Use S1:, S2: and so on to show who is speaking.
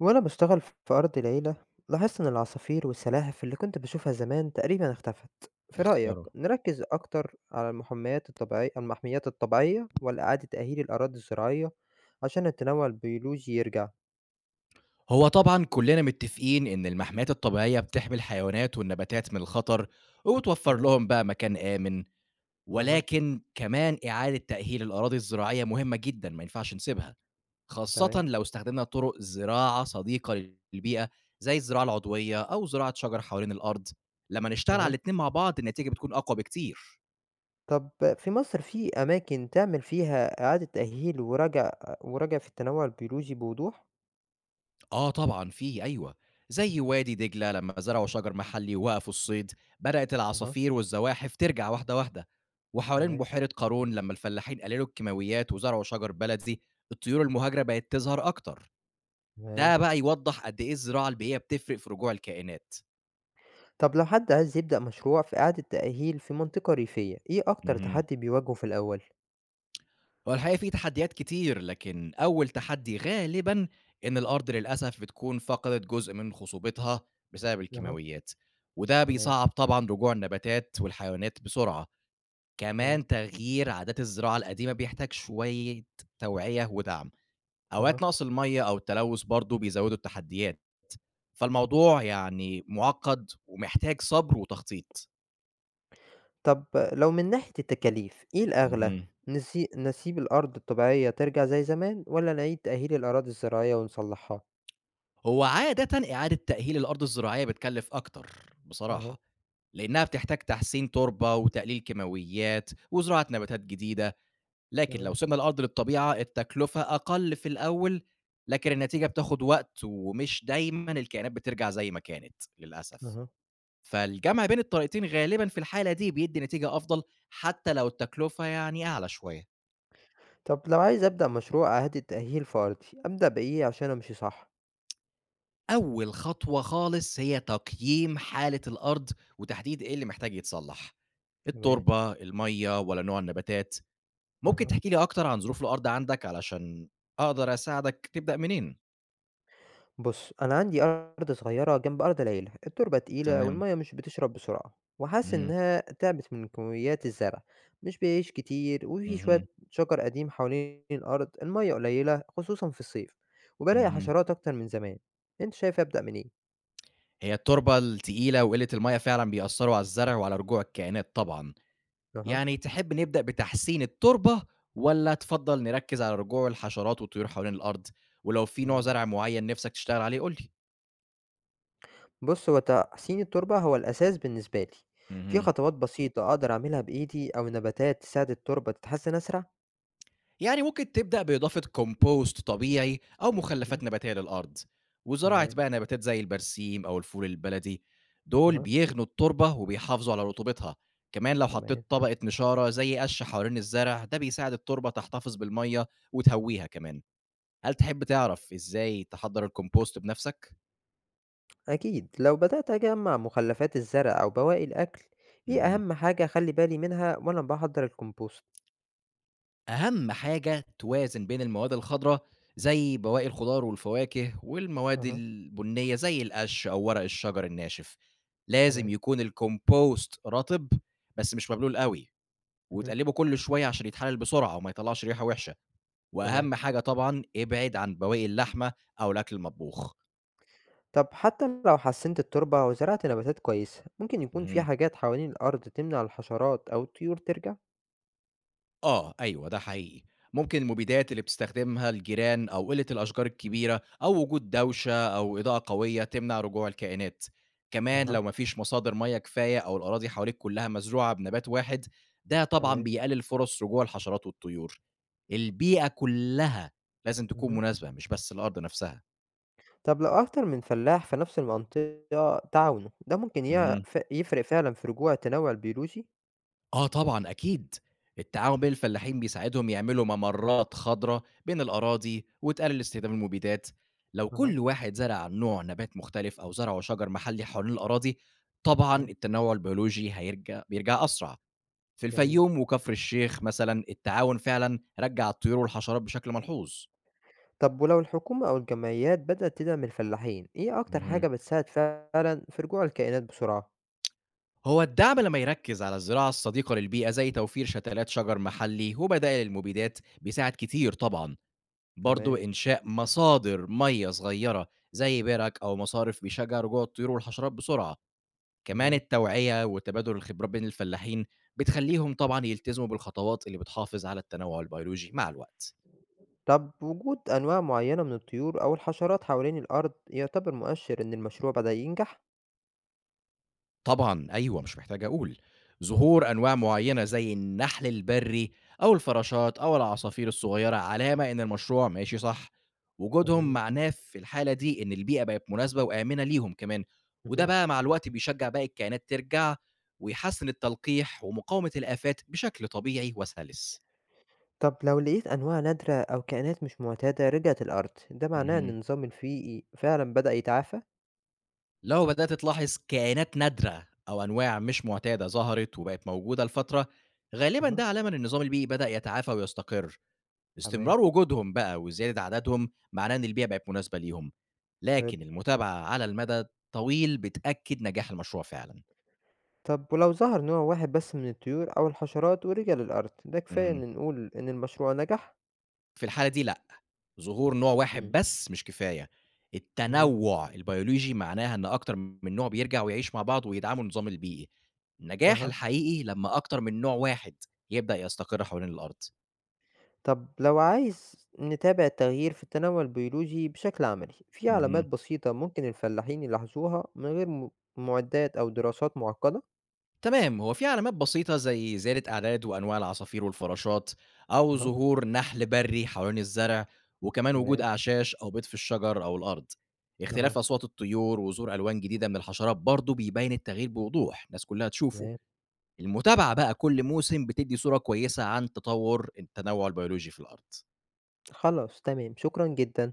S1: وأنا بشتغل في أرض العيلة، لاحظت إن العصافير والسلاحف اللي كنت بشوفها زمان تقريبا اختفت. في
S2: يا
S1: رأيك
S2: خسارة.
S1: نركز أكتر على المحميات الطبيعية ولا إعادة تأهيل الأراضي الزراعية عشان التنوع البيولوجي يرجع؟
S2: هو طبعًا كلّنا متّفقين إن المحميات الطبيعية بتحمي الحيوانات والنباتات من الخطر، وبتوفّر
S1: تمام.
S2: لهم بقى مكان آمن،
S1: أها.
S2: ولكن كمان إعادة تأهيل الأراضي الزراعية مهمة جدًا، ما ينفعش نسيبها، خاصةً
S1: تمام.
S2: لو استخدمنا طرق زراعة صديقة للبيئة، زي الزراعة العضوية أو زراعة شجر حوالين الأرض، لمّا نشتغل على
S1: أها.
S2: الاتنين مع بعض النتيجة بتكون أقوى بكتير.
S1: طب في مصر في أماكن تعمل فيها إعادة تأهيل ورجع في التنوع البيولوجي بوضوح؟
S2: آه طبعًا في أيوه، زي وادي دجلة لمّا زرعوا شجر محلي ووقفوا الصيد، بدأت
S1: أها.
S2: العصافير والزواحف ترجع واحدة واحدة، وحوالين
S1: تمام.
S2: بحيرة قارون لمّا الفلاحين قللوا الكيماويات وزرعوا شجر بلدي، الطيور المهاجرة بقت تظهر أكتر،
S1: تمام.
S2: ده بقى يوضح قد إيه الزراعة البيئية بتفرق في رجوع الكائنات.
S1: طب لو حد عايز يبدأ مشروع في إعادة تأهيل في منطقة ريفية، إيه أكتر
S2: اهم.
S1: تحدي بيواجهه في الأول؟
S2: هو الحقيقة في تحديات كتير، لكن أول تحدي غالبًا إن الأرض للأسف بتكون فقدت جزء من خصوبتها بسبب
S1: أها،
S2: الكيماويات، وده
S1: تمام،
S2: بيصعّب طبعًا رجوع النباتات والحيوانات بسرعة.
S1: تمام،
S2: كمان تغيير عادات الزراعة القديمة بيحتاج شوية توعية ودعم،
S1: أها.
S2: أوقات نقص المَيّة أو التلوث برضه بيزودوا التحديات، فالموضوع يعني مُعقّد ومحتاج صبر وتخطيط.
S1: طب لو من ناحية التكاليف، إيه الأغلى؟
S2: اهم.
S1: نسيب الأرض الطبيعية ترجع زي زمان والّا نعيد تأهيل الأراضي الزراعية ونصلحها؟
S2: هو عادةً إعادة تأهيل الأرض الزراعية بتكلِّف أكتر
S1: أها،
S2: بصراحة، لإنها بتحتاج تحسين تُربة وتقليل كيماويات وزراعة نباتات جديدة لكن لو
S1: تمام،
S2: سِبنا الأرض للطبيعة التكلفة أقل في الأول، لكن النتيجة بتاخد وقت، ومش دايمًا الكائنات بترجع زي ما كانت للأسف.
S1: أها.
S2: فالجمع بين الطريقتين غالبًا في الحالة دي بيدّي نتيجة أفضل، حتى لو التكلفة يعني أعلى شوية.
S1: طب لو عايز أبدأ مشروع إعادة تأهيل في أرضي، أبدأ بإيه عشان أمشي صح؟
S2: أول خطوة خالص هي تقييم حالة الأرض، وتحديد إيه اللي محتاج يتصلح،
S1: تمام،
S2: التربة، المَيّة، والّا نوع النباتات. ممكن
S1: أها.
S2: تحكي لي أكتر عن ظروف الأرض عندك علشان أقدر أساعدك تبدأ منين؟
S1: بُص، أنا عندي أرض صغيرة جنب أرض العيلة، التربة تقيلة
S2: تمام.
S1: والمَيّة مش بتشرب بسرعة، وحاسس
S2: اهم،
S1: إنها تعبت من كميات الزرع، مش بيعيش كتير وفي شوية
S2: اهم.
S1: شجر قديم حوالين الأرض، المَيّة قليلة خصوصًا في الصيف، وبالاقي
S2: اهم.
S1: حشرات أكتر من زمان. أنت شايف أبدأ منين؟
S2: هي التربة التقيلة وقلة المَيّة فعلًا بيأثّروا على الزرع وعلى رجوع الكائنات طبعًا.
S1: أها،
S2: يعني تحب نبدأ بتحسين التربة والّا تفضّل نركّز على رجوع الحشرات والطيور حوالين الأرض؟ ولو في نوع
S1: إمم.
S2: زرع معيّن نِفْسك تشتغل عليه قُل لي.
S1: بُص، هو تحسين التربة هو الأساس بالنسبة لي. في
S2: اهم.
S1: خطوات بسيطة أقدر أعملها بإيدي أو نباتات تساعد التربة تتحسن أسرع؟
S2: يعني ممكن تبدأ بإضافة كومبوست طبيعي أو
S1: اهم،
S2: مخلفات نباتية للأرض وزراعة
S1: تمام.
S2: بقى نباتات زي البرسيم أو الفول البلدي دول
S1: أها،
S2: بيغنوا التربة وبيحافظوا على رطوبتها كمان لو
S1: تمام.
S2: حطيت طبقة نشارة زي قش حوالين الزرع ده بيساعد التربة تحتفظ بالمية وتهويها كمان هل تحب تعرف إزاي تحضر الكومبوست بنفسك؟
S1: أكيد. لو بدأت أجمع مخلفات الزرع أو بواقي الأكل، دي
S2: مهم.
S1: أهم حاجة أخلي بالي منها وأنا بحضر الكمبوست؟
S2: أهم حاجة توازن بين المواد الخضرا زي بواقي الخضار والفواكه والمواد
S1: اها.
S2: البنية زي القش أو ورق الشجر الناشف. لازم
S1: تمام.
S2: يكون الكومبوست رطب بس مش مبلول قوي
S1: مهم.
S2: وتقلبه كل شوية عشان يتحلل بسرعة وما يطلعش ريحة وحشة.
S1: تمام.
S2: وأهم حاجة طبعًا ابعد عن بواقي اللحمة أو الأكل المطبوخ.
S1: طب حتى لو حسنت التربة وزرعت نباتات كويسة، ممكن يكون في
S2: اهم.
S1: حاجات حوالين الأرض تمنع الحشرات أو الطيور ترجع؟
S2: آه، أيوه، ده حقيقي. ممكن المبيدات اللي بتستخدمها الجيران أو قِلّة الأشجار الكبيرة أو وجود دوشة أو إضاءة قوية تمنع رجوع الكائنات. كمان
S1: اها.
S2: لو ما فيش مصادر مَيّة كفاية أو الأراضي حواليك كلّها مزروعة بنبات واحد، ده طبعًا
S1: تمام.
S2: بيقلل فرص رجوع الحشرات والطيور. البيئة كلّها لازم تكون
S1: مهم.
S2: مناسبة، مش بس الأرض نفسها.
S1: طب لو أكتر من فلاح في نفس المنطقة تعاونوا، ده ممكن
S2: اهم.
S1: يفرق فعلا في رجوع التنوع البيولوجي؟
S2: آه طبعًا أكيد، التعاون بين الفلاحين بيساعدهم يعملوا ممرات خضرا بين الأراضي وتقلل استخدام المبيدات، لو
S1: اها.
S2: كل واحد زرع نوع نبات مختلف أو زرعوا شجر محلي حوالين الأراضي، طبعًا
S1: تمام.
S2: التنوع البيولوجي بيرجع أسرع، في
S1: جميل.
S2: الفيوم وكفر الشيخ مثلًا التعاون فعلًا رجّع الطيور والحشرات بشكل ملحوظ.
S1: طب ولو الحكومة أو الجمعيات بدأت تدعم الفلاحين، إيه أكتر حاجة
S2: اهم.
S1: بتساعد فعلًا في رجوع الكائنات بسرعة؟
S2: هو الدعم لمّا يركز على الزراعة الصديقة للبيئة زي توفير شتلات شجر محلي وبدائل المبيدات بيساعد كتير طبعًا،
S1: تمام.
S2: برضه إنشاء مصادر مَيّة صغيّرة زي بِرَك أو مصارف بيشجّع رجوع الطيور والحشرات بسرعة، كمان
S1: تمام.
S2: التوعية وتبادل الخبرات بين الفلاحين بتخلّيهم طبعًا يلتزموا بالخطوات اللي بتحافظ على التنوع البيولوجي مع الوقت.
S1: طب وجود أنواع معينة من الطيور أو الحشرات حوالين الأرض يعتبر مؤشر إن المشروع بدأ ينجح؟
S2: طبعًا أيوه، مش محتاج أقول. ظهور أنواع معيّنة زي النحل البري أو الفراشات أو العصافير الصغيرة علامة إن المشروع ماشي صح. وجودهم
S1: جميل.
S2: معناه في الحالة دي إن البيئة بقت مناسبة وآمنة ليهم كمان،
S1: مهم.
S2: وده بقى مع الوقت بيشجّع باقي الكائنات ترجع ويحسّن التلقيح ومقاومة الآفات بشكل طبيعي وسلس.
S1: طب لو لقيت أنواع نادرة أو كائنات مش معتادة رجعت الأرض، ده معناه إن
S2: اهم.
S1: النظام البيئي فعلًا بدأ يتعافى؟
S2: لو بدأت تلاحظ كائنات نادرة أو أنواع مش معتادة ظهرت وبقت موجودة لفترة، غالبًا
S1: مهم.
S2: ده علامة إن النظام البيئي بدأ يتعافى ويستقر.
S1: تمام.
S2: استمرار وجودهم بقى وزيادة عددهم معناه إن البيئة بقت مناسبة ليهم،
S1: حلو.
S2: لكن المتابعة على المدى الطويل بتأكد نجاح المشروع فعلًا.
S1: طب ولو ظهر نوع واحد بس من الطيور أو الحشرات ورجع للأرض، ده كفاية
S2: اهم.
S1: إن نقول إن المشروع نجح؟
S2: في الحالة دي لأ، ظهور نوع واحد
S1: مم.
S2: بس مش كفاية،
S1: مهم.
S2: التنوع البيولوجي معناها إن أكتر من نوع بيرجع ويعيش مع بعض ويدعموا النظام البيئي. النجاح
S1: أها.
S2: الحقيقي لما أكتر من نوع واحد يبدأ يستقر حوالين الأرض.
S1: طب لو عايز نتابع التغيير في التنوع البيولوجي بشكل عملي، في علامات
S2: اهم.
S1: بسيطة ممكن الفلاحين يلاحظوها من غير معدات أو دراسات معقدة؟
S2: تمام هو في علامات بسيطة زي زيادة أعداد وأنواع العصافير والفراشات أو
S1: اها.
S2: ظهور نحل بري حوالين الزرع وكمان وجود
S1: تمام.
S2: أعشاش أو بيض في الشجر أو الأرض
S1: اها.
S2: اختلاف أصوات الطيور وظهور ألوان جديدة من الحشرات برضه بيبين التغيير بوضوح الناس كلها تشوفه
S1: تمام.
S2: المتابعة بقى كل موسم بتدي صورة كويسة عن تطور التنوع البيولوجي في الأرض
S1: خلاص، تمام، شكرا جدا.